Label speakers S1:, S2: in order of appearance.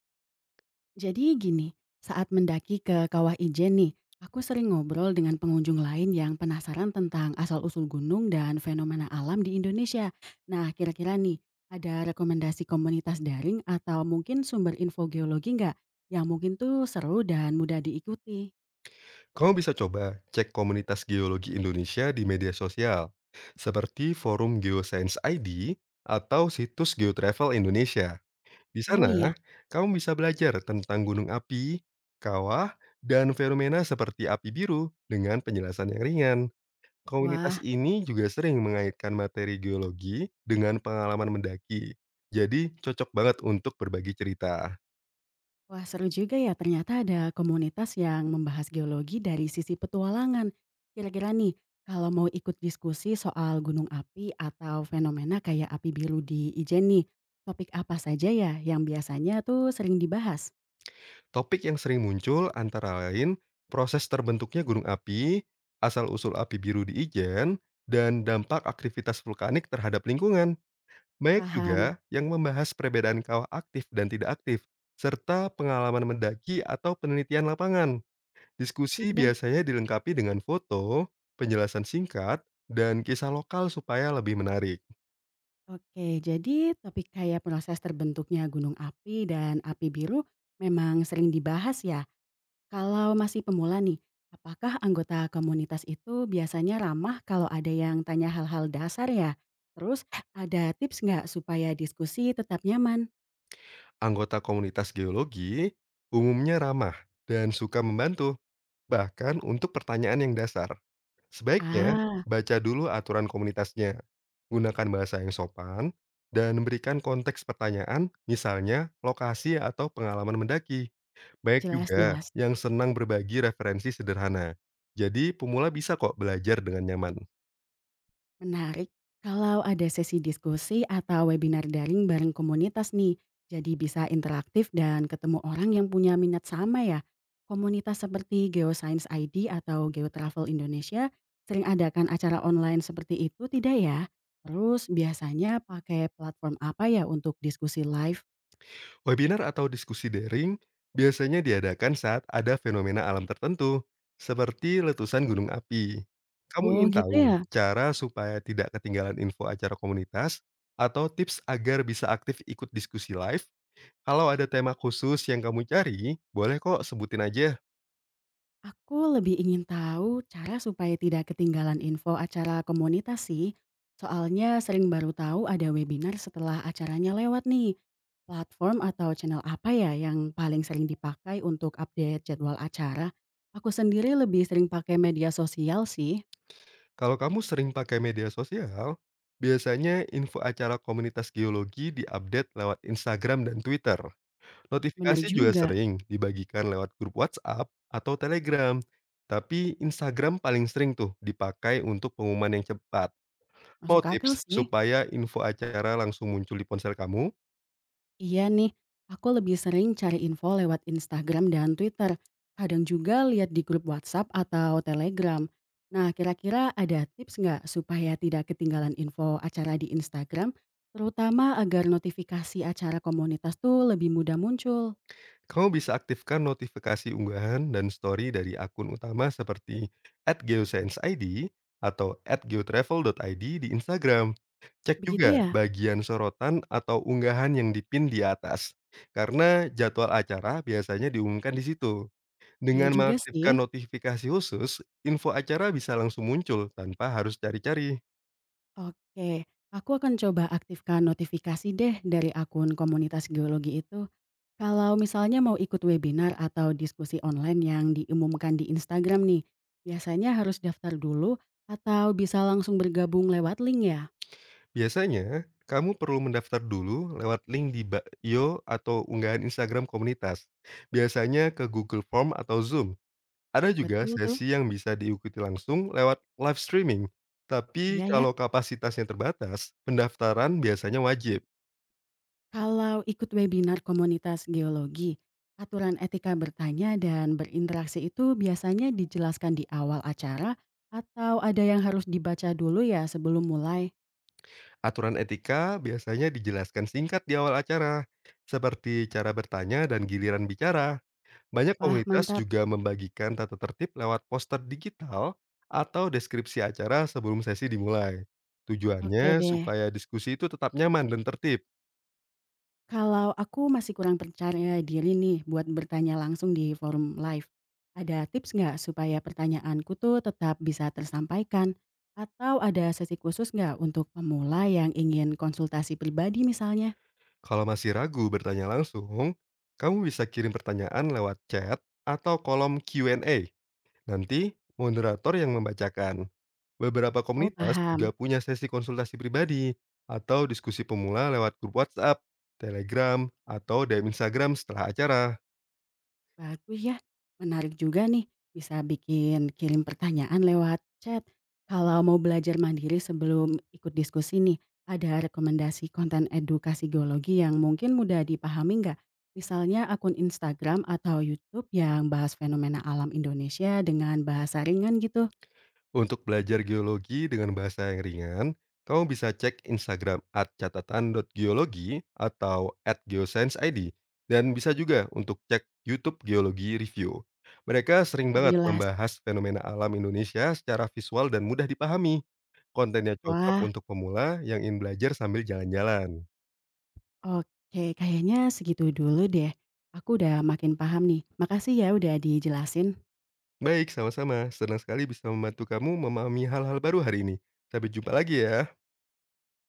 S1: Jadi gini, saat mendaki ke Kawah Ijen nih, aku sering ngobrol dengan pengunjung lain yang penasaran tentang asal-usul gunung dan fenomena alam di Indonesia. Nah, kira-kira nih, ada rekomendasi komunitas daring atau mungkin sumber info geologi nggak? Yang mungkin tuh seru dan mudah diikuti.
S2: Kamu bisa coba cek komunitas geologi Indonesia di media sosial, seperti forum Geoscience ID atau situs Geotravel Indonesia. Di
S1: Oh
S2: sana,
S1: iya,
S2: kamu bisa belajar tentang gunung api, kawah, dan fenomena seperti api biru dengan penjelasan yang ringan. Komunitas
S1: wah.
S2: ini juga sering mengaitkan materi geologi dengan pengalaman mendaki. Jadi, cocok banget untuk berbagi cerita.
S1: Wah, seru juga ya, ternyata ada komunitas yang membahas geologi dari sisi petualangan. Kira-kira nih, kalau mau ikut diskusi soal gunung api atau fenomena kayak api biru di Ijen nih, topik apa saja ya yang biasanya tuh sering dibahas?
S2: Topik yang sering muncul antara lain proses terbentuknya gunung api, asal-usul api biru di Ijen, dan dampak aktivitas vulkanik terhadap lingkungan. Banyak
S1: Paham?
S2: juga yang membahas perbedaan kawah aktif dan tidak aktif, serta pengalaman mendaki atau penelitian lapangan.
S1: Sip
S2: Diskusi
S1: deh.
S2: biasanya dilengkapi dengan foto, penjelasan singkat, dan kisah lokal supaya lebih menarik.
S1: Oke, jadi topik kayak proses terbentuknya gunung api dan api biru memang sering dibahas ya. Kalau masih pemula nih, apakah anggota komunitas itu biasanya ramah kalau ada yang tanya hal-hal dasar ya? Terus, ada tips nggak supaya diskusi tetap nyaman?
S2: Anggota komunitas geologi umumnya ramah dan suka membantu, bahkan untuk pertanyaan yang dasar. Sebaiknya,
S1: Ah,
S2: baca dulu aturan komunitasnya, gunakan bahasa yang sopan, dan berikan konteks pertanyaan, misalnya lokasi atau pengalaman mendaki. Baik
S1: jelas
S2: juga
S1: jelas.
S2: yang senang berbagi referensi sederhana. Jadi, pemula bisa kok belajar dengan nyaman.
S1: Menarik kalau ada sesi diskusi atau webinar daring bareng komunitas nih. Jadi bisa interaktif dan ketemu orang yang punya minat sama ya. Komunitas seperti Geoscience ID atau Geotravel Indonesia sering adakan acara online seperti itu tidak ya? Terus biasanya pakai platform apa ya untuk diskusi live?
S2: Webinar atau diskusi daring biasanya diadakan saat ada fenomena alam tertentu, seperti letusan gunung api. Kamu
S1: Oh
S2: ingin
S1: gitu
S2: tahu
S1: ya.
S2: cara supaya tidak ketinggalan info acara komunitas atau tips agar bisa aktif ikut diskusi live? Kalau ada tema khusus yang kamu cari, boleh kok sebutin aja.
S1: Aku lebih ingin tahu cara supaya tidak ketinggalan info acara komunitas sih. Soalnya sering baru tahu ada webinar setelah acaranya lewat nih. Platform atau channel apa ya yang paling sering dipakai untuk update jadwal acara? Aku sendiri lebih sering pakai media sosial sih.
S2: Kalau kamu sering pakai media sosial, biasanya info acara komunitas geologi diupdate lewat Instagram dan Twitter.
S1: Bener
S2: Notifikasi juga
S1: juga,
S2: sering dibagikan lewat grup WhatsApp atau Telegram, tapi Instagram paling sering tuh dipakai untuk pengumuman yang cepat. Mau
S1: masuk akal
S2: tips
S1: sih.
S2: supaya info acara langsung muncul di ponsel kamu?
S1: Iya nih, aku lebih sering cari info lewat Instagram dan Twitter. Kadang juga lihat di grup WhatsApp atau Telegram. Nah, kira-kira ada tips nggak supaya tidak ketinggalan info acara di Instagram, terutama agar notifikasi acara komunitas tuh lebih mudah muncul?
S2: Kamu bisa aktifkan notifikasi unggahan dan story dari akun utama seperti @geoscience_id atau @geotravel.id di Instagram. Cek
S1: Begitu
S2: juga
S1: ya?
S2: bagian sorotan atau unggahan yang dipin di atas, karena jadwal acara biasanya diumumkan di situ.
S1: Iya
S2: Dengan
S1: juga sih.
S2: mengaktifkan notifikasi khusus, info acara bisa langsung muncul tanpa harus cari-cari.
S1: Oke, aku akan coba aktifkan notifikasi deh dari akun komunitas geologi itu. Kalau misalnya mau ikut webinar atau diskusi online yang diumumkan di Instagram nih, biasanya harus daftar dulu atau bisa langsung bergabung lewat link ya?
S2: Biasanya, kamu perlu mendaftar dulu lewat link di bio atau unggahan Instagram komunitas. Biasanya ke Google Form atau Zoom. Ada juga
S1: Betul tuh?
S2: sesi yang bisa diikuti langsung lewat live streaming. Tapi
S1: Iya ya.
S2: kalau kapasitasnya terbatas, pendaftaran biasanya wajib.
S1: Kalau ikut webinar komunitas geologi, aturan etika bertanya dan berinteraksi itu biasanya dijelaskan di awal acara atau ada yang harus dibaca dulu ya sebelum mulai?
S2: Aturan etika biasanya dijelaskan singkat di awal acara, seperti cara bertanya dan giliran bicara. Banyak
S1: Wah
S2: komunitas
S1: mantap.
S2: juga membagikan tata tertib lewat poster digital atau deskripsi acara sebelum sesi dimulai.
S1: Oke
S2: Tujuannya
S1: deh.
S2: supaya diskusi itu tetap nyaman dan tertib.
S1: Kalau aku masih kurang percaya diri nih buat bertanya langsung di forum live, ada tips nggak supaya pertanyaanku tuh tetap bisa tersampaikan? Atau ada sesi khusus nggak untuk pemula yang ingin konsultasi pribadi misalnya?
S2: Kalau masih ragu bertanya langsung, kamu bisa kirim pertanyaan lewat chat atau kolom Q&A. Nanti moderator yang membacakan. Beberapa
S1: Oh,
S2: komunitas juga
S1: paham.
S2: punya sesi konsultasi pribadi atau diskusi pemula lewat grup WhatsApp, Telegram, atau DM Instagram setelah acara.
S1: Bagus ya, menarik juga nih bisa bikin kirim pertanyaan lewat chat. Kalau mau belajar mandiri sebelum ikut diskusi nih, ada rekomendasi konten edukasi geologi yang mungkin mudah dipahami nggak? Misalnya akun Instagram atau YouTube yang bahas fenomena alam Indonesia dengan bahasa ringan gitu,
S2: Untuk belajar geologi dengan bahasa yang ringan, kamu bisa cek Instagram at @catatan.geologi atau at @geoscienceid dan bisa juga untuk cek YouTube Geologi Review. Mereka sering banget
S1: penjelas.
S2: membahas fenomena alam Indonesia secara visual dan mudah dipahami. Kontennya cocok
S1: Wah,
S2: untuk pemula yang ingin belajar sambil jalan-jalan.
S1: oke, kayaknya segitu dulu deh. Aku udah makin paham nih. Makasih ya udah dijelasin.
S2: Baik, sama-sama. Senang sekali bisa membantu kamu memahami hal-hal baru hari ini. Sampai jumpa lagi ya.